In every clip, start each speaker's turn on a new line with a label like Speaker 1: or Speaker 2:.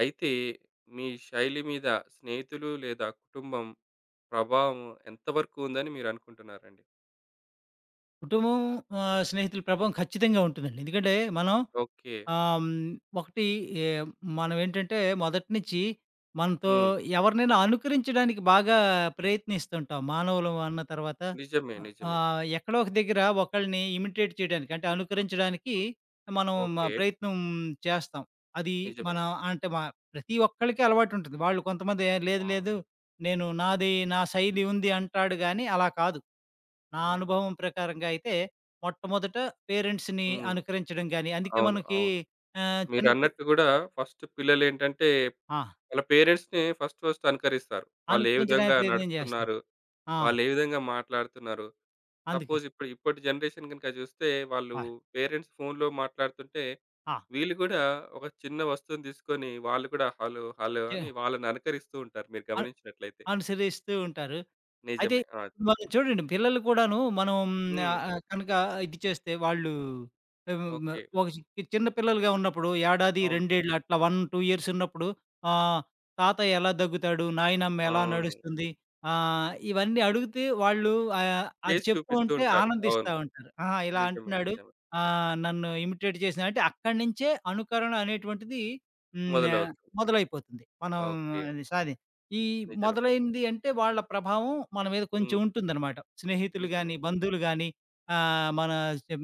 Speaker 1: అయితే మీ శైలి మీద స్నేహితులు లేదా కుటుంబం ప్రభావం ఎంతవరకు ఉందని మీరు అనుకుంటున్నారండి?
Speaker 2: కుటుంబం, స్నేహితుల ప్రభావం ఖచ్చితంగా ఉంటుందండి. ఎందుకంటే మనం
Speaker 1: ఓకే.
Speaker 2: ఆహ్, హ్మ్, ఒకటి ఏ మనమేంటంటే మొదటి నుంచి మనతో
Speaker 1: హ్మ్.
Speaker 2: ఎవరినైనా అనుకరించడానికి బాగా ప్రయత్నిస్తుంటాం. మానవులం అన్న తర్వాత
Speaker 1: నిజమే.
Speaker 2: ఆహ్,
Speaker 1: నిజమే.
Speaker 2: ఆహ్, ఎక్కడో ఒక దగ్గర ఒకళ్ళని ఇమిటేట్ చేయడానికి అంటే అనుకరించడానికి మనం
Speaker 1: ఓకే.
Speaker 2: ప్రయత్నం చేస్తాం. అది
Speaker 1: నిజమే.
Speaker 2: మనం అంటే ప్రతి ఒక్కళ్ళకి అలవాటుంటుంది. వాళ్ళు కొంతమంది "ఏ, లేదు
Speaker 1: ఆ!
Speaker 2: లేదు నేను నాది నా శైలి ఉంది అంటాడు గానీ అలా కాదు. నా
Speaker 1: ఆహా!
Speaker 2: అనుభవం ప్రకారంగా అయితే మొట్టమొదట పేరెంట్స్‌ని
Speaker 1: హ్మ్.
Speaker 2: అనుకరించడం గాని, అందుకే
Speaker 1: అవును.
Speaker 2: మనకి
Speaker 1: అవును.
Speaker 2: ఆహ్, చిన్న పి
Speaker 1: మీరన్నట్టు గూడా ఫస్ట్ పిల్లలేంటంటే
Speaker 2: ఆ!
Speaker 1: వాళ్ళ పేరెంట్స్‌ని ఫస్ట్ ఫస్ట్ అనుకరిస్తారు. వాళ్ళే విధంగా
Speaker 2: అనుకరించడానికి ప్రయత్నం చేస్తారు.
Speaker 1: నడుస్తున్నారు,
Speaker 2: ఆ!
Speaker 1: వాళ్ళే విధంగా మాట్లాడుతున్నారు.
Speaker 2: అందుకే.
Speaker 1: సపోజ్ ఇప్పటి జనరేషన్ గనుక చూస్తే వాళ్ళు
Speaker 2: ఆ!
Speaker 1: పేరెంట్స్ ఫోన్‌లో మాట్లాడుతుంటే
Speaker 2: ఆ!
Speaker 1: వీళ్ళు గూడా ఒక చిన్న వస్తువుని తీసుకొని వాళ్ళు కూడా హలో! హలో!
Speaker 2: చే
Speaker 1: అని వాళ్ళని అనుకరిస్తూ ఉంటారు మీరు
Speaker 2: అను
Speaker 1: గమనించినట్లయితే.
Speaker 2: అనుసరిస్తూ ఉంటారు. అయితే
Speaker 1: నిజమే. ఆ!
Speaker 2: మనం చూడండి పిల్లలు కూడాను మనం
Speaker 1: హ్మ్.
Speaker 2: ఆహ్, ఆహ్, కనుక ఇది చేస్తే వాళ్ళు హ్మ్, మ
Speaker 1: ఓకే.
Speaker 2: ఒక చిన్న పిల్లలుగా ఉన్నప్పుడు ఏడాది,
Speaker 1: అవును.
Speaker 2: 2 ఏళ్ళు అట్లా 1, 2 ఇయర్స్ ఉన్నప్పుడు ఆహ్, తాత ఎలా దగ్గుతాడు, నాయనమ్మ ఎలా
Speaker 1: అవును.
Speaker 2: నడుస్తుంది, ఇవన్నీ అడిగితే వాళ్ళు అది
Speaker 1: చేసి
Speaker 2: చెప్తూ
Speaker 1: చూపిస్తూ
Speaker 2: ఉంటే
Speaker 1: ఉంటారు. అవును.
Speaker 2: ఆనందిస్తా ఉంటారు. ఆహా! ఇలా
Speaker 1: నిజమే.
Speaker 2: అంటున్నాడు,
Speaker 1: నిజమే.
Speaker 2: నన్ను ఇమిటేట్ చేసిన అంటే అక్కడి నుంచే అనుకరణ అనేటువంటిది హ్మ్, ఆహ్,
Speaker 1: మొదలవుతుంది.
Speaker 2: మొదలైపోతుంది. మనం
Speaker 1: ఓకే.
Speaker 2: అది సాధించ ఈ
Speaker 1: నిజమే.
Speaker 2: మొదలైంది అంటే వాళ్ళ ప్రభావం మన మీద కొంచెం
Speaker 1: హ్మ్.
Speaker 2: ఉంటుందనమాట. స్నేహితులు
Speaker 1: నిజమే.
Speaker 2: గాని, బంధువులు గాని ఆహ్, మన చె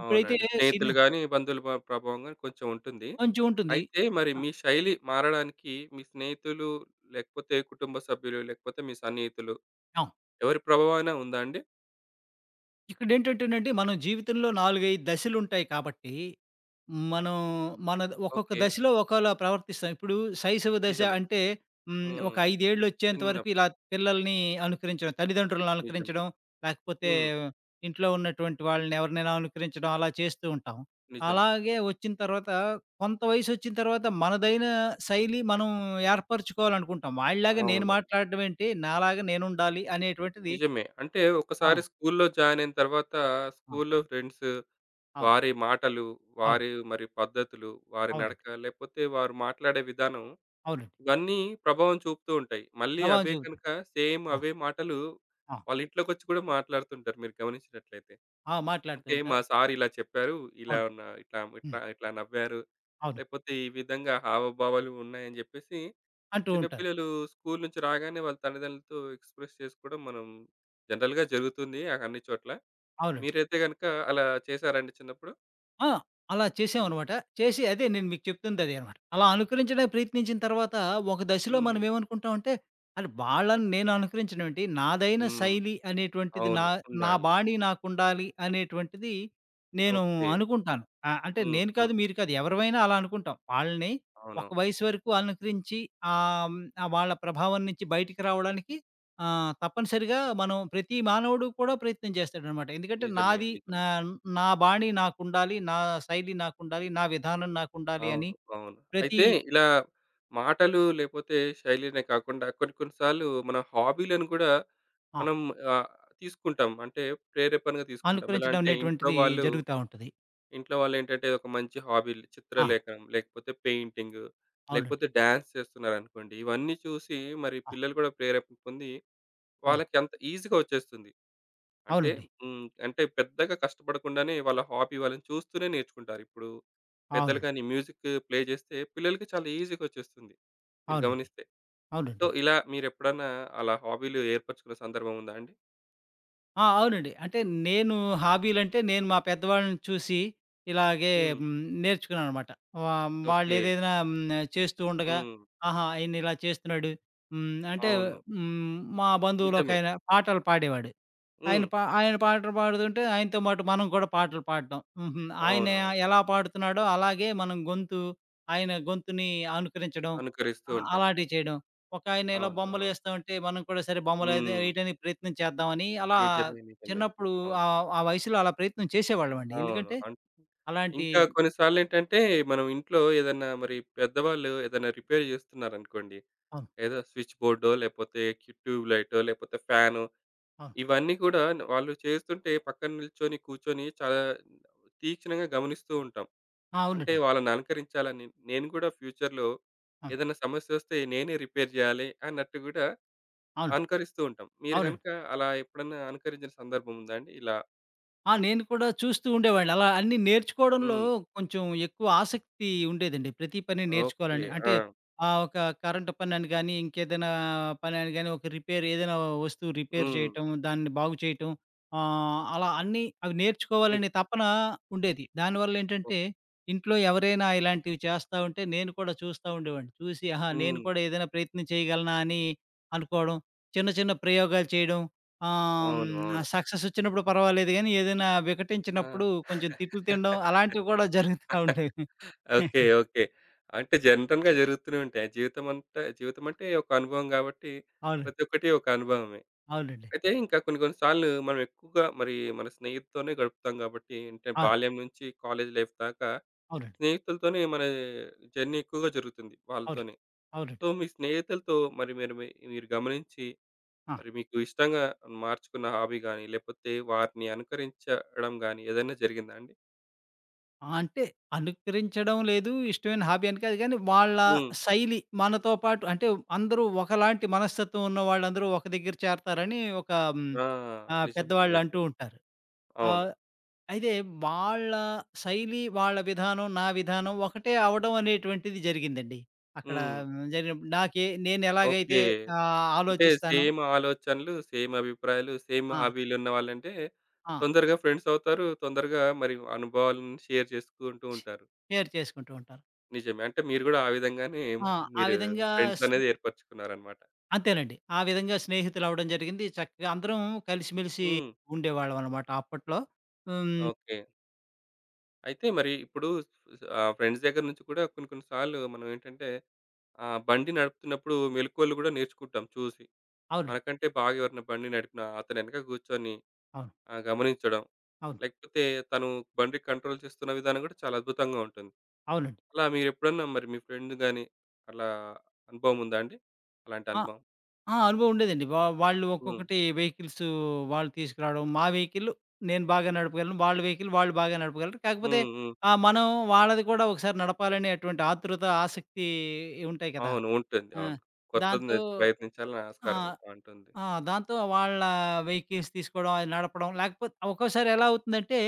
Speaker 2: ఇప్పుడైతే
Speaker 1: అవునండి. స్నేహితులు
Speaker 2: సినీ
Speaker 1: గాని, బంధువుల ప్రభావం గాని కొంచెం ఉంటుంది.
Speaker 2: కొంచెం ఉంటుంది.
Speaker 1: అయితే మరి
Speaker 2: ఆ!
Speaker 1: మీ శైలి మారడానికి మీ స్నేహితులు, లేకపోతే కుటుంబ సభ్యులు, లేకపోతే మీ సన్నిహితులు
Speaker 2: ఆ!
Speaker 1: ఎవరి ప్రభావం అయినా ఉందా అండి?
Speaker 2: ఇక్కడేంటంటేనండి, మనం జీవితంలో 4, 5 దశలుంటాయి కాబట్టి, మనం మన ఒక్కొక్క
Speaker 1: ఓకే.
Speaker 2: దశలో ఒకోలా ప్రవర్తిస్తాం. ఇప్పుడు శైశవ దశ
Speaker 1: నిజమే.
Speaker 2: అంటే ఒక
Speaker 1: హ్మ్.
Speaker 2: 5 ఏళ్లొచ్చేంత వరకు ఇలా
Speaker 1: చిన్నప్పుడు.
Speaker 2: పిల్లల్ని అనుకరించడం, తల్లిదండ్రులను
Speaker 1: నిజం.
Speaker 2: అనుకరించడం, లేకపోతే
Speaker 1: హ్మ్.
Speaker 2: ఇంట్లో ఉన్నటువంటి వాళ్ళని ఎవరినైనా అనుకరించడం అలా చేస్తూ ఉంటాం.
Speaker 1: నిజం.
Speaker 2: అలాగే వచ్చిన తర్వాత కొంత వయసొచ్చిన తర్వాత మనదైన శైలి మనం ఏర్పరుచుకోవాలనుకుంటాం. వాళ్ళలాగా నేను
Speaker 1: అవును.
Speaker 2: మాట్లాడడం ఏంటి? నాలాగా నేనుండాలి అనేటువంటిది.
Speaker 1: నిజమే. అంటే
Speaker 2: ఆ!
Speaker 1: ఒకసారి స్కూల్లో జాయిన్ అయిన తర్వాత
Speaker 2: ఆ!
Speaker 1: స్కూల్లో ఫ్రెండ్స్,
Speaker 2: అవును.
Speaker 1: వారి మాటలు,
Speaker 2: అవును.
Speaker 1: వారి మరి పద్ధతులు, వారి
Speaker 2: అవునండి.
Speaker 1: నడక, లేకపోతే వారు మాట్లాడే విధానం
Speaker 2: అవునండి.
Speaker 1: ఇవన్నీ ప్రభావం చూపుతూ ఉంటాయి. మళ్ళీ
Speaker 2: ప్రభావం
Speaker 1: అవే
Speaker 2: చూపుతుంది.
Speaker 1: కనుక సేమ్
Speaker 2: ఆ!
Speaker 1: అవే మాటలు
Speaker 2: ఆ!
Speaker 1: వాళ్ళ ఇంట్లోకొచ్చి కూడా మాట్లాడుతుంటారు మీరు గమనించినట్లయితే.
Speaker 2: ఆ! మాట్లాడుతూ
Speaker 1: అంటే మా
Speaker 2: ఉంటారు.
Speaker 1: సార్ ఇలా చెప్పారు. ఇలా
Speaker 2: అవును.
Speaker 1: ఇట్లా
Speaker 2: హ్మ్.
Speaker 1: ఇట్లా ఇట్లా నవ్వారు.
Speaker 2: అవును.
Speaker 1: లేకపోతే ఈ విధంగా హావభావాలు ఉన్నాయని జెప్పేసి
Speaker 2: అంటూ ఉంటారు.
Speaker 1: చిన్నపిల్లలు స్కూల్ నుంచి రాగానే వాళ్ళ తల్లిదండ్రులతో ఎక్స్‌ప్రెస్ చేసుకోవడం మనం జనరల్‌గా జరుగుతుంది ఆ అన్ని చోట్ల.
Speaker 2: అవునండి.
Speaker 1: మీరైతే గనుక అలా చేసారా అండి చిన్నప్పుడు?
Speaker 2: ఆ! అలా
Speaker 1: హ్మ్.
Speaker 2: చేసామనమాట. చేసి అదే నేను మీకు చెప్తుందదే అనమాట. అలా అనుకరించడానికి ప్రయత్నించిన తర్వాత ఒక దశలో
Speaker 1: హ్మ్.
Speaker 2: మనం ఏమనుకుంటామంటే, అరె! వాళ్ళని నేను అనుకరించనేంటి, నాదైన
Speaker 1: హ్మ్.
Speaker 2: శైలి అనేటువంటిది నా
Speaker 1: అవును.
Speaker 2: నా
Speaker 1: ఉండాలి.
Speaker 2: బాణీ నాకుండాలి అనేటువంటిది నేను
Speaker 1: ఓకే.
Speaker 2: అనుకుంటాను. అంటే
Speaker 1: హ్మ్.
Speaker 2: నేను కాదు,
Speaker 1: హ్మ్.
Speaker 2: మీరు కాదు ఎవరిమైనా అలా అనుకుంటాం. వాళ్ళని ఒక
Speaker 1: అవునవును.
Speaker 2: వయసు వరకు అనుకరించి ఆహ్, హ్మ్, వాళ్ళ ప్రభావం నుంచి బయటికి రావడానికి ఆ! తప్పనిసరిగా మనం ప్రతి మానవుడు కూడా ప్రయత్నం చేస్తాడనమాట. ఎందుకంటే
Speaker 1: నిజమే.
Speaker 2: నాది నా
Speaker 1: నిజమే.
Speaker 2: నా బాణి నాకుండాలి, నా శైలి నాకుండాలి, నా విధానం నాకుండాలి అని
Speaker 1: అవును. అవును.
Speaker 2: ప్రతి
Speaker 1: అయితే ఇలా మాటలు లేపోతే శైలినే కాకుండా కొన్ని కొన్ని సార్లు మన హాబీలను కూడా
Speaker 2: ఆ!
Speaker 1: మనం ఆహ్, తీసుకుంటాం. అంటే ప్రేరేపణగా తీసుకుంటాం. ఎలా
Speaker 2: అనుకరించడం
Speaker 1: అంటే ఇంట్లో
Speaker 2: అనేటువంటిది
Speaker 1: వాళ్ళు
Speaker 2: జరుగుతా ఉంటది.
Speaker 1: ఇంట్లో వాళ్ళేంటంటే ఒక మంచి హాబీలు
Speaker 2: ఆ!
Speaker 1: చిత్రలేఖనం, లేకపోతే పెయింటింగు,
Speaker 2: అవునండి.
Speaker 1: లేకపోతే డాన్స్ చేస్తున్నారనుకోండి. ఇవన్నీ చూసి మరి
Speaker 2: ఆ!
Speaker 1: పిల్లలు కూడా ప్రేరేపణ పొంది
Speaker 2: ఆ!
Speaker 1: వాళ్ళకి అంత ఈజీగా వచ్చేస్తుంది. అంటే
Speaker 2: అవునండి.
Speaker 1: హ్మ్. అంటే పెద్దగా కష్టపడకుండానే వాళ్ళ హాబీ వాళ్ళని చూస్తూనే నేర్చుకుంటారు. ఇప్పుడు పెద్దలు
Speaker 2: అవునండి.
Speaker 1: గాని మ్యూజిక్ ప్లే చేస్తే పిల్లలకి చాలా ఈజీగా వచ్చేస్తుంది. మీరు
Speaker 2: అవునండి.
Speaker 1: గమనిస్తే. సో,
Speaker 2: అవునండి.
Speaker 1: ఇలా మీరెప్పుడన్నా అలా హాబీలు ఏర్పరచుకున్న సందర్భం ఉందా అండి?
Speaker 2: ఆ! అవునండి. అంటే నేను హాబీలంటే నేను మా పెద్దవాళ్ళని చూసి ఇలాగే
Speaker 1: హ్మ్.
Speaker 2: హ్మ్, నేర్చుకున్నాననమాట. వా
Speaker 1: ఓకే.
Speaker 2: వాళ్ళేదైనా చేస్తూ ఉండగా,
Speaker 1: హ్మ్.
Speaker 2: ఆహా! ఈయన ఇలా చేస్తున్నాడు. అంటే
Speaker 1: అవును.
Speaker 2: హ్మ్, మా
Speaker 1: నిజమే.
Speaker 2: బంధువులోకాయన పాటలు పాడేవాడు.
Speaker 1: హ్మ్.
Speaker 2: ఆయన పాటలు పాడుతుంటే, ఆయనతో పాటు మనం కూడా పాటలు పాడడం. హుహు. ఆయన
Speaker 1: అవునవును.
Speaker 2: ఎలా పాడుతున్నాడో అలాగే మనం గొంతు, ఆయన గొంతుని అనుకరించడం.
Speaker 1: అనుకరిస్తూ ఉంటాం.
Speaker 2: అలాంటివి చేయడం. ఒకాయన ఇలా
Speaker 1: అవును.
Speaker 2: బొమ్మలు
Speaker 1: అవును.
Speaker 2: ఏస్తా ఉంటే, మనం కూడా సరే బొమ్మలదే
Speaker 1: హ్మ్.
Speaker 2: వేయటానికి ప్రయత్నం చేద్దామని, అలా
Speaker 1: నిజమే. నిజమే.
Speaker 2: చిన్నప్పుడు
Speaker 1: అవును.
Speaker 2: ఆ వయసులో అలా ప్రయత్నం చేసేవాళ్ళమండి.
Speaker 1: అవును.
Speaker 2: ఎందుకంటే అలాంటి
Speaker 1: ఇంకా కొన్ని సార్లేంటంటే, మనం ఇంట్లో ఏదన్నా మరి పెద్దవాళ్ళు ఏదైనా రిపేర్ చేస్తున్నారనుకోండి.
Speaker 2: అవును.
Speaker 1: ఏదో స్విచ్ బోర్డో, లేపోతే ట్యూబ్ లైటో, లేపోతే ఫ్యానో
Speaker 2: అవును.
Speaker 1: ఇవన్నీ కూడా వాళ్ళు చేస్తుంటే పక్కన నిల్చొని, కూర్చొని చాలా తీక్షణంగా గమనిస్తూ ఉంటాం.
Speaker 2: ఆ!
Speaker 1: అంటే
Speaker 2: అవునండి.
Speaker 1: వాళ్ళని అనుకరించాలని నేను కూడా ఫ్యూచర్‌లో
Speaker 2: ఆ!
Speaker 1: ఏదైనా సమస్యొస్తే నేనే రిపేర్ చేయాలి అన్నట్టు కూడా
Speaker 2: అవును.
Speaker 1: అనుకరిస్తూ ఉంటాం. మీరు
Speaker 2: అవునండి.
Speaker 1: గనుక అలా ఎప్పుడన్నా అనుకరించిన సందర్భం ఉందా అండి? ఇలా
Speaker 2: ఆ! నేను కూడా చూస్తూ ఉండేవాడిని. అలా అన్నీ నేర్చుకోవడంలో
Speaker 1: హ్మ్.
Speaker 2: కొంచెం ఎక్కువ ఆసక్తి ఉండేదండి. ప్రతి పని
Speaker 1: ఓకే.
Speaker 2: నేర్చుకోవాలని. అంటే
Speaker 1: ఆ!
Speaker 2: ఒక కరెంట్ పనని గానీ, ఇంకేదైనా పనని గానీ, ఒక రిపేర్ ఏదైనా వస్తువు రిపేర్
Speaker 1: హ్మ్.
Speaker 2: చేయటం, దాన్ని బాగు చేయటం, అలా అన్నీ అవి
Speaker 1: నిజ్
Speaker 2: నేర్చుకోవాలనే తపన ఉండేది.
Speaker 1: ఓహ్!
Speaker 2: దానివల్లేంటంటే ఇంట్లో ఎవరైనా ఇలాంటివి చేస్తా ఉంటే నేను కూడా చూస్తా ఉండేవాడిని. చూసి ఆహా! నేను
Speaker 1: హ్మ్.
Speaker 2: కూడా ఏదైనా ప్రయత్నం చేయగలనా అని అనుకోవడం, చిన్న చిన్న ప్రయోగాలు చేయడం, ఆహ్,
Speaker 1: అవును.
Speaker 2: హ్మ్.
Speaker 1: అవును.
Speaker 2: సక్సెస్ వచ్చినప్పుడు పర్వాలేదు గానీ, ఏదైనా
Speaker 1: ఆ!
Speaker 2: వికటించినప్పుడు కొంచెం తిట్లు తినడం అలాంటివి కూడా జరుగుతా ఉండేవి.
Speaker 1: ఓకే. ఓకే. అంటే జనరల్‌గా జరుగుతూనే ఉంటాయి. జీవితమంతా జీవితమంటే ఒక అనుభవం గాబట్టి,
Speaker 2: అవును.
Speaker 1: ప్రతి ఒక్కటి ఒక అనుభవమే.
Speaker 2: అవునండి.
Speaker 1: అయితే ఇంకా కొన్ని కొన్ని సార్లు మనం ఎక్కువగా మరి మన స్నేహితులతోనే గడుపుతాం గాబట్టి, అంటే
Speaker 2: ఆ!
Speaker 1: బాల్యం నుంచి కాలేజ్ లైఫ్ దాకా
Speaker 2: అవునండి.
Speaker 1: స్నేహితులతోనే మన జర్నీ ఎక్కువగా జరుగుతుంది
Speaker 2: అవును.
Speaker 1: వాళ్ళతోనే.
Speaker 2: అవునండి.
Speaker 1: సో, మీ స్నేహితులతో మరి మీరు గమనించి,
Speaker 2: ఆ!
Speaker 1: మరి మీకు ఇష్టంగా మార్చుకున్న హాబీ గాని, లేపోతే వారిని అనుకరించడం గాని ఏదైనా జరిగిందా అండి?
Speaker 2: ఆ, అంటే అనుకరించడం లేదు. ఇష్టమైన హాబీ అని కాదు గానీ, వాళ్ళ
Speaker 1: హ్మ్.
Speaker 2: శైలి మనతో పాటు అంటే అందరూ ఒకలాంటి మనస్తత్వం ఉన్న వాళ్ళందరూ ఒక దగ్గర చేరతారని ఒక హ్మ్.
Speaker 1: ఆ! నిజమే.
Speaker 2: పెద్దవాళ్ళు
Speaker 1: నిజమే.
Speaker 2: అంటూ ఉంటారు. ఆ!
Speaker 1: అవును.
Speaker 2: అయితే వాళ్ళ శైలి, వాళ్ళ విధానం, నా విధానం ఒకటే అవ్వడం అనేటువంటిది జరిగిందండి. అక్కడ
Speaker 1: హ్మ్.
Speaker 2: జరిగినప్పుడు నాకే
Speaker 1: ఓకే.
Speaker 2: నేనెలాగైతే
Speaker 1: అంటే
Speaker 2: ఆలోచిస్తానో.
Speaker 1: సేమ్ ఆలోచనలు, సేమ్ అభిప్రాయాలు, సేమ్
Speaker 2: ఆ!
Speaker 1: హాబీలున్న వాళ్ళంటే
Speaker 2: ఆ!
Speaker 1: తొందరగా ఫ్రెండ్స్ అవుతారు. తొందరగా మరి అనుభవాలను షేర్ చేసుకుంటూ ఉంటారు.
Speaker 2: షేర్ చేసుకుంటూ ఉంటారు.
Speaker 1: నిజమే. అంటే మీరు గూడా ఆ విధంగానే
Speaker 2: ఆ!
Speaker 1: మరి
Speaker 2: ఆ
Speaker 1: మీరు
Speaker 2: విధంగా
Speaker 1: ఫ్రెండ్స్
Speaker 2: స్
Speaker 1: అనేది ఏర్పరచుకున్నారన్నమాట.
Speaker 2: అంతేనండి. ఆ విధంగా స్నేహితులవ్వడం జరిగింది. చక్కగా అందరం కలిసిమెలిసి
Speaker 1: హ్మ్.
Speaker 2: ఉండేవాళ్ళమనమాట అప్పట్లో. హ్మ్.
Speaker 1: ఓకే. అయితే మరి ఇప్పుడు ఆ ఫ్రెండ్స్ దగ్గర నుంచి కూడా కొన్ని కొన్ని సార్లు మనం ఏంటంటే ఆ బండి నడుపుతున్నప్పుడు మెలకువలు కూడా నేర్చుకుంటాం చూసి.
Speaker 2: అవునండి.
Speaker 1: మనకంటే బాగా ఎవరైనా బండి నడిపిన అతని వెనక కూర్చొని
Speaker 2: అవును.
Speaker 1: ఆ! గమనించడం.
Speaker 2: అవును.
Speaker 1: లేకపోతే తను బండి కంట్రోల్ చేస్తున్న విధానం కూడా చాలా అద్భుతంగా ఉంటుంది.
Speaker 2: అవునండి.
Speaker 1: అలా మీరెప్పుడన్నా మరి మీ ఫ్రెండ్ గాని అలా అనుభవం ఉందా అండి? అలాంటి
Speaker 2: ఆ!
Speaker 1: అనుభవం?
Speaker 2: ఆ! అనుభవం ఉండేదండి. వాళ్ళు
Speaker 1: హ్మ్.
Speaker 2: ఒక్కొక్కటి వెహికల్సు వాళ్ళు తీసుకురావడం. మా వెహికల్ నేను బాగా నడపగలను. వాళ్ళ వెహికల్ వాళ్ళు బాగా నడపగలరు. కాకపోతే
Speaker 1: హ్మ్. హ్మ్.
Speaker 2: మనం వాళ్ళది కూడా ఒకసారి నడపాలనేటువంటి ఆతృత, ఆసక్తి ఉంటాయి కదా!
Speaker 1: అవును. ఉంటుంది.
Speaker 2: ఆ!
Speaker 1: అవును. కొత్తది
Speaker 2: దాంతో
Speaker 1: ప్రయత్నించాలని
Speaker 2: ఆ!
Speaker 1: ఆస్కారం ఉంటుంది.
Speaker 2: ఆ! దాంతో వాళ్ళ వెహికల్స్ తీసుకోవడం, అది నడపడం. లేకపోతే ఒక్కోసారి ఎలా అవుతుందంటే,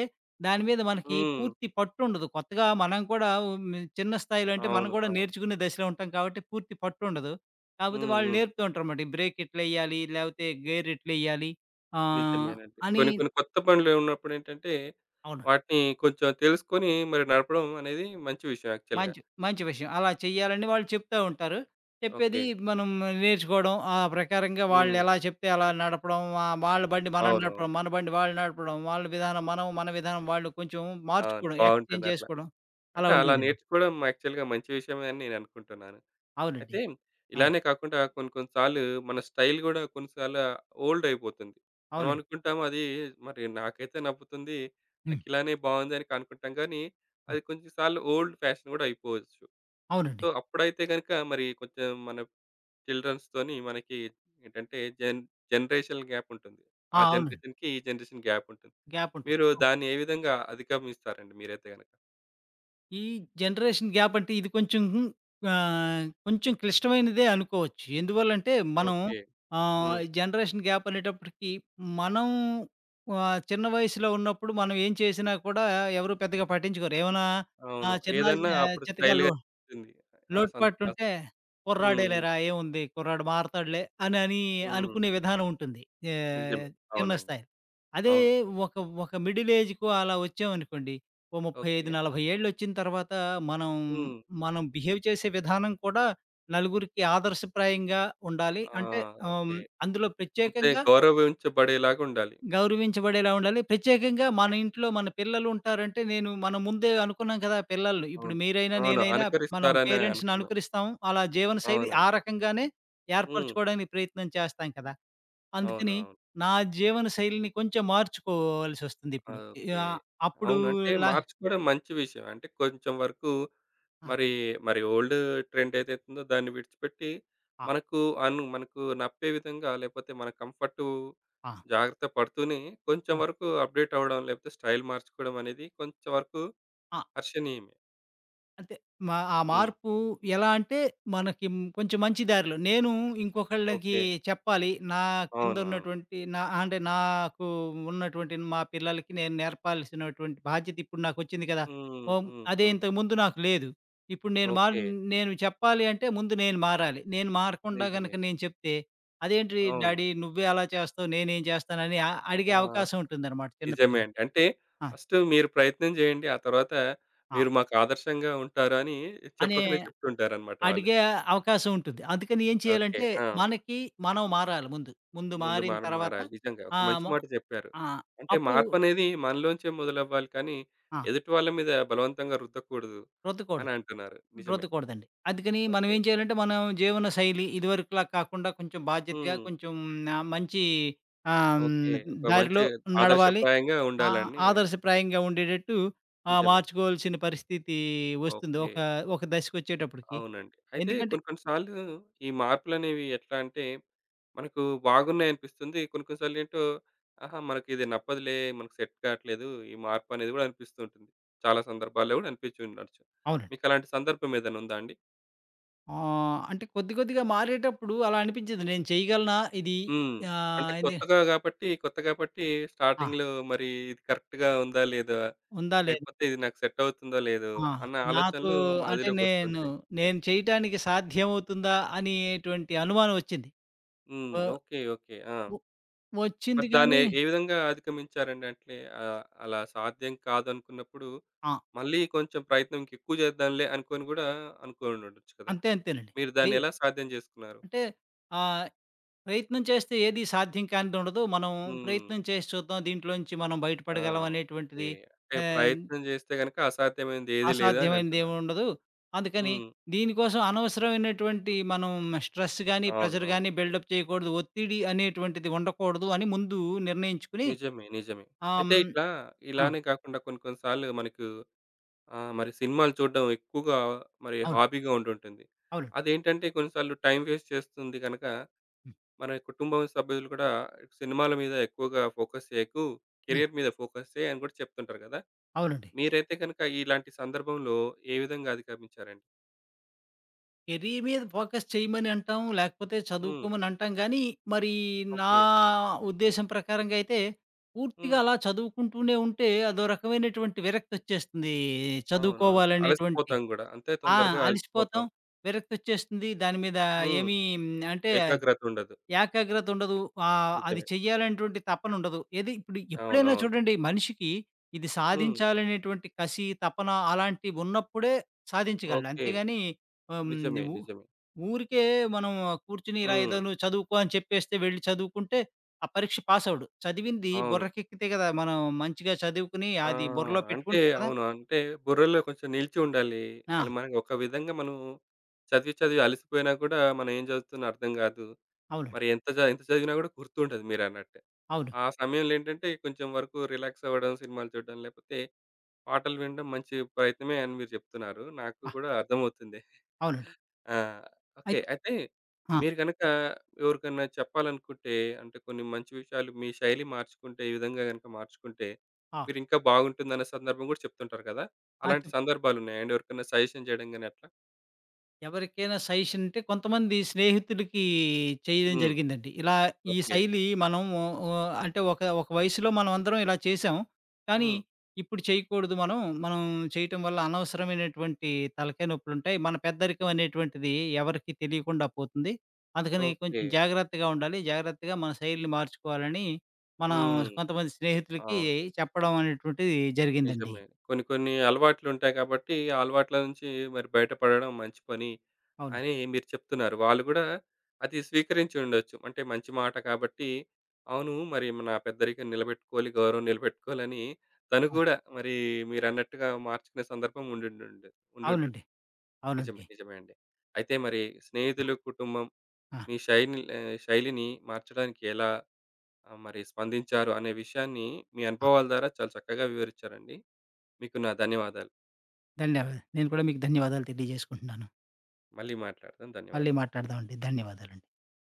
Speaker 2: దాని మీద మనకి
Speaker 1: హ్మ్.
Speaker 2: పూర్తి పట్టుండదు. కొత్తగా మనం కూడా చిన్న స్థాయిలో అంటే మనం
Speaker 1: అవును.
Speaker 2: కూడా
Speaker 1: అవును.
Speaker 2: నేర్చుకునే దశలో ఉంటాం కాబట్టి పూర్తి పట్టుండదు. కాకపోతే
Speaker 1: హ్మ్.
Speaker 2: వాళ్ళు
Speaker 1: హ్మ్.
Speaker 2: నేర్పుతూ ఉంటారన్నమాట. ఈ బ్రేక్ ఇట్లెయ్యాలి, లేకపోతే గేర్ ఇట్లెయ్యాలి ఆహ్,
Speaker 1: నిజమేనండి.
Speaker 2: అని
Speaker 1: కొన్ని కొన్ని కొత్త పనులు ఉన్నప్పుడేంటంటే,
Speaker 2: అవును.
Speaker 1: వాటిని కొంచెం తెలుసుకొని మరి నడపడం అనేది మంచి విషయం యాక్చువల్‌గా.
Speaker 2: మంచి మంచి విషయం. అలా చెయ్యాలని వాళ్ళు చెప్తా ఉంటారు. చెప్పేది
Speaker 1: ఓకే.
Speaker 2: మనం నేర్చుకోవడం, ఆ ప్రకారంగా
Speaker 1: హ్మ్.
Speaker 2: వాళ్ళెలా చెప్తే అలా నడపడం, వాళ్ళ బండి మనం
Speaker 1: అవునవును.
Speaker 2: నడపడం, మన బండి వాళ్ళు నడపడం, వాళ్ళ విధానం మనం, మన విధానం వాళ్ళు కొంచెం
Speaker 1: అవును.
Speaker 2: మార్చుకోవడం,
Speaker 1: బావుంటుంది
Speaker 2: ఎక్స్‌చేంజ్
Speaker 1: అట్లా.
Speaker 2: చేసుకోవడం అలా
Speaker 1: అంటే అలా
Speaker 2: ఉండేదండి.
Speaker 1: నేర్చుకోవడం యాక్చువల్‌గా మంచి విషయమే అని నేను అనుకుంటున్నాను. అయితే
Speaker 2: అవునండి. ఆ!
Speaker 1: ఇలానే కాకుండా కొన్ని కొన్ని సార్లు మన స్టైల్ గూడా కొన్నిసార్లు ఓల్డ్ అయిపోతుంది. మనం
Speaker 2: అవునండి.
Speaker 1: అనుకుంటాం అది మరి నాకైతే నప్పుతుంది.
Speaker 2: హ్మ్.
Speaker 1: నాకిలానే బావుంది అని అనుకుంటాం గానీ,
Speaker 2: హ్మ్.
Speaker 1: అది కొంచెం సార్లు ఓల్డ్ ఫ్యాషన్ గూడా అయిపోవచ్చు. సో,
Speaker 2: అవునండి.
Speaker 1: అప్పుడైతే గనుక మరి కొంచెం మన చిల్డ్రన్స్‌తోని మనకి ఏంటంటే జనరేషనల్ గ్యాప్ ఉంటుంది. ఆ
Speaker 2: ఆ! అవునండి.
Speaker 1: జనరేషన్‌కి, ఈ జనరేషన్ గ్యాప్ ఉంటుంది.
Speaker 2: గ్యాప్ ఉంటది.
Speaker 1: మీరు దాన్ని ఏ విధంగా అధిగమిస్తారండి మీరైతే గనక?
Speaker 2: ఈ జనరేషన్ గ్యాప్ అంటే ఇది కొంచెం కొంచెం క్లిష్టమైనదే అనుకోవచ్చు. ఎందువల్లంటే మనం
Speaker 1: ఓకే. హ్మ్.
Speaker 2: జనరేషన్ గ్యాప్ అనేటప్పటికి మనం చిన్న వయసులో ఉన్నప్పుడు మనం ఏం చేసినా కూడా ఎవరు పెద్దగా పట్టించుకోరు. ఏమైనా
Speaker 1: అవును.
Speaker 2: ఆహ్, చిన్న
Speaker 1: ఏదన్నా అప్పుడు స్టైల్‌గా
Speaker 2: చితకాలు
Speaker 1: ఉంటుంది. ఆ సంత ఆస్
Speaker 2: లోటుపాట్లుంటే
Speaker 1: హ్మ్. హ్మ్.
Speaker 2: కుర్రాడేలేరా! ఏముంది కుర్రాడు మారతాడులే అని అని
Speaker 1: హ్మ్.
Speaker 2: అనుకునే విధానం ఉంటుంది. ఆహ్,
Speaker 1: నిజమే.
Speaker 2: చిన్న
Speaker 1: అవునండి.
Speaker 2: స్థాయి. అదే
Speaker 1: అవును.
Speaker 2: ఒక ఒక మిడిల్ ఏజ్‌కు అలా వచ్చామనుకోండి. ఓ
Speaker 1: ఓకే.
Speaker 2: 35, 40 ఏళ్ళొచ్చిన తర్వాత మనం,
Speaker 1: హ్మ్.
Speaker 2: మనం బిహేవ్ చేసే విధానం కూడా నలుగురికి ఆదర్శప్రాయంగా ఉండాలి.
Speaker 1: ఆ!
Speaker 2: అంటే ఆహ్,
Speaker 1: ఓకే.
Speaker 2: అందులో
Speaker 1: అంతే
Speaker 2: ప్రత్యేకంగా
Speaker 1: గౌరవించబడేలాగా ఉండాలి.
Speaker 2: గౌరవించబడేలా ఉండాలి. ప్రత్యేకంగా మన ఇంట్లో మన పిల్లలుంటారంటే నేను మనం ముందే అనుకున్నాం కదా పిల్లల్ని. ఇప్పుడు
Speaker 1: అవును.
Speaker 2: మీరైనా,
Speaker 1: అవును.
Speaker 2: నేనైనా మనం
Speaker 1: అనుకరిస్తారనే
Speaker 2: పేరెంట్స్‌ని
Speaker 1: అనుకున్నాం.
Speaker 2: అనుకరిస్తాం. అలా జీవనశైలి ఆ
Speaker 1: అవునండి.
Speaker 2: రకంగానే
Speaker 1: హ్మ్.
Speaker 2: ఏర్పరచుకోవడానికి ప్రయత్నం చేస్తాం కదా! అందుకని
Speaker 1: అవునవును.
Speaker 2: నా జీవనశైలిని కొంచెం
Speaker 1: ఆ!
Speaker 2: మార్చుకోవాల్సొస్తుందిప్పుడు.
Speaker 1: ఓకే.
Speaker 2: యాహ్!
Speaker 1: అవును. అంటే
Speaker 2: అప్పుడూలా
Speaker 1: మార్చుకోవడం మంచి విషయం. అంటే కొంచెం వరకు
Speaker 2: ఆ!
Speaker 1: మరి, మరి ఓల్డ్ ట్రెండ్ ఏదైతుందో దాన్ని విడిచిపెట్టి
Speaker 2: ఆ!
Speaker 1: మనకు మనకు నప్పే విధంగా లేకపోతే మన కంఫర్టు
Speaker 2: ఆ!
Speaker 1: జాగ్రత్త పడుతూనే
Speaker 2: ఆ!
Speaker 1: కొంచెం వరకు అప్‌డేట్ అవ్వడం లేకపోతే స్టైల్ మార్చుకోవడం అనేది కొంచెం వరకు
Speaker 2: ఆ,
Speaker 1: హర్షణీయమే.
Speaker 2: అంటే మా ఆ
Speaker 1: హ్మ్.
Speaker 2: మార్పు ఎలా అంటే మనకి కొంచెం మంచి దారిలో. నేను ఇంకొకళ్ళకి
Speaker 1: ఓకే.
Speaker 2: చెప్పాలి. నా
Speaker 1: అవునవును.
Speaker 2: కిందున్నటువంటి నా అంటే నాకు ఉన్నటువంటి మా పిల్లలకి నేను నేర్పాల్సినటువంటి బాధ్యత ఇప్పుడు నాకొచ్చింది కదా!
Speaker 1: హ్మ్.
Speaker 2: ఓహ్!
Speaker 1: హ్మ్.
Speaker 2: అదే
Speaker 1: హ్మ్.
Speaker 2: ఇంతకుముందు నాకు లేదు. ఇప్పుడు
Speaker 1: ఓకే.
Speaker 2: నేను చెప్పాలి అంటే ముందు నేను మారాలి. నేను మారకుండా
Speaker 1: నిజమే.
Speaker 2: గనక నేను చెప్తే, "అదేంటి
Speaker 1: అవును.
Speaker 2: డాడీ నువ్వే అలా చేస్తావు నేనేం చేస్తానని"
Speaker 1: ఆ!
Speaker 2: అడిగే అవకాశం ఉంటుందన్నమాట
Speaker 1: నిజమే
Speaker 2: చిన్నపిల్లలు.
Speaker 1: అండి. అంటే
Speaker 2: ఆ!
Speaker 1: ఫస్ట్ మీరు ప్రయత్నం చేయండి. ఆ తర్వాత
Speaker 2: ఆ!
Speaker 1: మీరు మాకు ఆదర్శంగా ఉంటారు అని
Speaker 2: అనే
Speaker 1: చెప్పకనే చెప్తుంటారనమాట వాళ్ళు.
Speaker 2: అడిగే అవకాశం ఉంటుంది. అందుకని ఏం
Speaker 1: ఓకే.
Speaker 2: చేయాలంటే,
Speaker 1: ఆ!
Speaker 2: మనకి మనం మారాలి ముందు. ముందు
Speaker 1: ముందు
Speaker 2: మారిన
Speaker 1: మనం
Speaker 2: తర్వాత
Speaker 1: మారాలి. నిజంగా ఒక
Speaker 2: ఆహ్,
Speaker 1: మంచి
Speaker 2: మ
Speaker 1: మాట చెప్పారు.
Speaker 2: ఆ!
Speaker 1: అంటే
Speaker 2: అప్పుడు
Speaker 1: మార్పనేది మనలోంచే మొదలవ్వాలి కానీ
Speaker 2: ఆ!
Speaker 1: ఎదుటి వాళ్ళ మీద బలవంతంగా రుద్దకూడదు
Speaker 2: రుద్దకూడదు.
Speaker 1: అని అంటున్నారు. నిజమే.
Speaker 2: రుద్దకూడదండి. అందుకని మనం
Speaker 1: ఓకే.
Speaker 2: ఏం చేయాలంటే, మనం జీవన శైలి ఇదివరకులా కాకుండా కొంచెం బాధ్యతగా,
Speaker 1: హ్మ్.
Speaker 2: కొంచెం ఆహ్, మంచి ఆహ్,
Speaker 1: ఓకే.
Speaker 2: హ్మ్,
Speaker 1: ఒక మంచి
Speaker 2: దారిలో నడవాలి.
Speaker 1: ఆదర్శప్రాయంగా
Speaker 2: ఆ!
Speaker 1: ఉండాలని
Speaker 2: ఆదర్శప్రాయంగా ఉండేటట్టు
Speaker 1: నిజమే.
Speaker 2: మార్చుకోవాల్సిన పరిస్థితి వస్తుంది.
Speaker 1: ఓకే.
Speaker 2: ఒక దశకొచ్చేటప్పటికి.
Speaker 1: అవునండి. అయితే
Speaker 2: ఎందుకంటే
Speaker 1: కొన్ని కొన్ని సార్లు ఈ మార్పులనేవి ఎట్లా అంటే, మనకు బాగున్నాయనిపిస్తుంది. కొన్ని కొన్ని సార్లేంటో, ఆహా! మనకిది నప్పదులే, మనకు సెట్ కావట్లేదు, ఈ మార్పనేది గూడా అనిపిస్తూ ఉంటుంది. చాలా సందర్భాల్లో గూడా అనిపిచ్చి ఉండొచ్చు.
Speaker 2: అవును.
Speaker 1: మీకలాంటి సందర్భం ఏదైనా ఉందా అండి?
Speaker 2: ఆ! అంటే కొద్ది కొద్దిగా మారేటప్పుడు అలా అనిపించేది. నేను చేయగలనా ఇది?
Speaker 1: హ్మ్. అంటే
Speaker 2: ఆహ్, ఇది
Speaker 1: కొత్తగా గాబట్టి, కొత్త గాబట్టి
Speaker 2: ఆ!
Speaker 1: స్టార్టింగ్‌లో మరి ఇది కరెక్ట్‌గా ఉందా? లేదా?
Speaker 2: ఉందా? లేదా?
Speaker 1: లేకపోతే ఇది నాకు సెట్ అవుతుందో? లేదో?
Speaker 2: ఆ!
Speaker 1: అన్న
Speaker 2: నాకు
Speaker 1: ఆలోచనలు
Speaker 2: అంటే నేను
Speaker 1: మదిలోకొస్తుంటాయి.
Speaker 2: నేను చేయటానికి సాధ్యమవుతుందా? అనేటువంటి అనుమానం వచ్చింది. వ
Speaker 1: హ్మ్. ఓకే. ఓకే. ఆ!
Speaker 2: వ వచ్చింది
Speaker 1: మరి దాన్ని
Speaker 2: కానీ
Speaker 1: ఏ విధంగా అధిగమించారండి? అంటే అలా సాధ్యం కాదనుకున్నప్పుడు,
Speaker 2: ఆ!
Speaker 1: మళ్ళీ కొంచెం ప్రయత్నం ఇంకెక్కువ చేద్దాంలే అనుకోని గూడా అనుకోనుండొచ్చు కదా!
Speaker 2: అంతే అంతేనండి.
Speaker 1: మీరు
Speaker 2: ప్రి
Speaker 1: దాన్ని ఎలా సాధ్యం చేసుకున్నారు?
Speaker 2: అంటే ఆహ్, ప్రయత్నం చేస్తే ఏది సాధ్యం కానిదుండదు. మనం
Speaker 1: హ్మ్.
Speaker 2: ప్రయత్నం చేసి చూద్దాం. దీంట్లోంచి మనం
Speaker 1: ఆ!
Speaker 2: బయటపడగలం
Speaker 1: ఓకే.
Speaker 2: అనేటువంటిది
Speaker 1: అంటే
Speaker 2: ఆహ్
Speaker 1: ప్రయత్నం చేస్తే గనక అసాధ్యమైనది ఏది లేదు అని
Speaker 2: అసాధ్యమైనది
Speaker 1: అంటున్నారు.
Speaker 2: ఏముండదు. అందుకని
Speaker 1: హ్మ్.
Speaker 2: దీనికోసం అనవసరమైనటువంటి మనం స్ట్రెస్ గాని, ప్రెషర్
Speaker 1: అవునవును.
Speaker 2: గాని బిల్డప్ చేయకూడదు. ఒత్తిడి అనేటువంటిది ఉండకూడదు అని ముందు నిర్ణయించుకుని
Speaker 1: నిజమే. నిజమే.
Speaker 2: ఆహ్,
Speaker 1: అయితే
Speaker 2: హ్మ్.
Speaker 1: ఇట్లా
Speaker 2: ఆ!
Speaker 1: ఇలానే కాకుండా కొన్ని కొన్ని సార్లు మనకు మరి సినిమాలు చూడడం ఎక్కువగా మరి
Speaker 2: అవును.
Speaker 1: హాబీగా ఉండుంటుంది.
Speaker 2: అవును.
Speaker 1: అదేంటంటే కొన్ని సార్లు టైమ్ వేస్ట్ చేస్తుంది గనక
Speaker 2: హ్మ్.
Speaker 1: మన కుటుంబం సభ్యులు కూడా సినిమాల మీద ఎక్కువగా ఫోకస్ చేయకు,
Speaker 2: హ్మ్.
Speaker 1: కెరియర్ మీద ఫోకస్ చేయి అని కూడా చెప్తుంటారు కదా!
Speaker 2: అవునండి.
Speaker 1: మీరైతే గనుక ఇలాంటి సందర్భంలో ఏ విధంగా అధిగమించారండి?
Speaker 2: కెరీర్ మీద ఫోకస్ చేయమని అంటాం. లేకపోతే
Speaker 1: హ్మ్.
Speaker 2: చదువుకోమని అంటాం గానీ, మరి నా
Speaker 1: ఓకే.
Speaker 2: ఉద్దేశం ప్రకారంగా అయితే పూర్తిగా
Speaker 1: హ్మ్.
Speaker 2: అలా చదువుకుంటూనే ఉంటే అదో రకమైనటువంటి విరక్తొచ్చేస్తుంది.
Speaker 1: అవునవును.
Speaker 2: చదువుకోవాలనేటువంటి
Speaker 1: అలసిపోతాం గూడా. అంతే
Speaker 2: ఆ!
Speaker 1: తొందరగా అలసిపోతాం.
Speaker 2: అలిసిపోతాం. విరక్తొచ్చేస్తుంది. దాని మీద
Speaker 1: హ్మ్.
Speaker 2: ఏమీ హ్మ్, అంటే
Speaker 1: ఏకాగ్రత ఉండదు.
Speaker 2: ఏకాగ్రత ఉండదు. అది
Speaker 1: నిజమే.
Speaker 2: చెయ్యాలనేటువంటి తపన ఉండదు. ఏది ఇప్పుడు ఎప్పుడైనా
Speaker 1: అవునవును.
Speaker 2: చూడండి మనిషికి ఇది
Speaker 1: హ్మ్.
Speaker 2: సాధించాలనేటువంటి కసి, తపన అలాంటివి ఉన్నప్పుడే సాధించగలడు.
Speaker 1: ఓకే.
Speaker 2: అంతేగాని ఆహ్, హ్మ్,
Speaker 1: నిజమే.
Speaker 2: ఊ
Speaker 1: నిజమే.
Speaker 2: ఊరికే మనం కూర్చొని ఇలా
Speaker 1: హ్మ్.
Speaker 2: ఏదో నువ్వు చదువుకో అని చెప్పేస్తే వెళ్లి చదువుకుంటే ఆ పరీక్ష పాసవ్వడు. చదివింది
Speaker 1: అవును.
Speaker 2: బుర్రకెక్కితే కదా! మనం మంచిగా చదువుకుని
Speaker 1: ఆ!
Speaker 2: అది బుర్రలో
Speaker 1: అంటే
Speaker 2: పెట్టుకుంటే కదా!
Speaker 1: అవును. అంటే బుర్రలో కొంచెం నిలిచి ఉండాలి.
Speaker 2: ఆ!
Speaker 1: అది మనకి ఒక విధంగా మనం చదివి, చదివి అలసిపోయినా కూడా మనం ఏం చదువుతున్నా అర్థం కాదు.
Speaker 2: అవునండి.
Speaker 1: మరి ఎంత ఎంత చదివినా కూడా గుర్తుండదు మీరన్నట్టే.
Speaker 2: అవును.
Speaker 1: ఆ సమయంలో ఏంటంటే కొంచెం వరకు రిలాక్స్ అవ్వడం, సినిమాలు చూడడం లేకపోతే పాటలు వినడం మంచి ప్రయత్నమే అని మీరు చెప్తున్నారు. నాకు
Speaker 2: ఆ!
Speaker 1: కూడా అర్థమవుతుంది.
Speaker 2: అవునండి.
Speaker 1: ఆ! ఓకే.
Speaker 2: అయితే
Speaker 1: అయితే
Speaker 2: ఆ!
Speaker 1: మీరు గనక ఎవరికన్నా చెప్పాలనుకుంటే అంటే కొన్ని మంచి విషయాలు మీ శైలి మార్చుకుంటే ఈ విధంగా గనక మార్చుకుంటే
Speaker 2: ఆ!
Speaker 1: మీరింకా బాగుంటుందన్న సందర్భం గూడా చెప్తుంటారు కదా!
Speaker 2: ఆ!
Speaker 1: అలాంటి సందర్భాలున్నాయా అండి? ఎవరికన్నా సజెషన్ చేయడం గాని అట్లా?
Speaker 2: ఎవరికైనా సజెషన్ అంటే కొంతమంది స్నేహితుడికి చేయడం
Speaker 1: హ్మ్.
Speaker 2: జరిగిందండి. ఇలా ఈ
Speaker 1: ఓకే.
Speaker 2: శైలి మనం అంటే ఒక ఒక వయసులో మనం అందరం ఇలా చేసాం. కానీ
Speaker 1: హ్మ్.
Speaker 2: ఇప్పుడు చేయకూడదు మనం. మనం చేయటం వల్ల అనవసరమైనటువంటి తలకాయ నొప్పులుంటాయి. మన పెద్దరికం అనేటువంటిది ఎవరికీ తెలియకుండా పోతుంది. అందుకని
Speaker 1: ఓకే.
Speaker 2: కొంచెం జాగ్రత్తగా ఉండాలి. జాగ్రత్తగా మన శైలిని మార్చుకోవాలని మనం
Speaker 1: హ్మ్.
Speaker 2: కొంతమంది స్నేహితులకి
Speaker 1: అవును.
Speaker 2: చెప్పడం అనేటువంటిది జరిగిందండి.
Speaker 1: నిజమే. కొన్ని కొన్ని అలవాట్లుంటాయి కాబట్టి, ఆ అలవాట్ల నుంచి మరి బయటపడడం మంచి పని
Speaker 2: అవును.
Speaker 1: అని మీరు చెప్తున్నారు. వాళ్ళు గూడా అది స్వీకరించి ఉండొచ్చు. అంటే మంచి మాట కాబట్టి, అవును మరి నా పెద్దరికం నిలబెట్టుకోవాలి, గౌరవం నిలబెట్టుకోవాలని తను
Speaker 2: అవును.
Speaker 1: కూడా మరి మీరన్నట్టుగా మార్చుకునే సందర్భం ఉండుంటుంది.
Speaker 2: అవునండి.
Speaker 1: నిజమే.
Speaker 2: అవునండి.
Speaker 1: నిజమే అండి. అయితే మరి స్నేహితులు, కుటుంబం
Speaker 2: ఆ!
Speaker 1: మీ శైలి శైలిని మార్చడానికి ఎలా మరి స్పందించారు అనే విషయాన్ని మీ అనుభవాల ద్వారా చాలా చక్కగా వివరించారండి. మీకు నా ధన్యవాదాలు.
Speaker 2: ధన్యవాదాలు. నేను కూడా మీకు ధన్యవాదాలు తెలియజేసుకుంటున్నాను.
Speaker 1: మళ్ళీ మాట్లాడదాం.
Speaker 2: మళ్ళీ
Speaker 1: ధన్యవాదాలు.
Speaker 2: మాట్లాడదామండి. ధన్యవాదాలండి.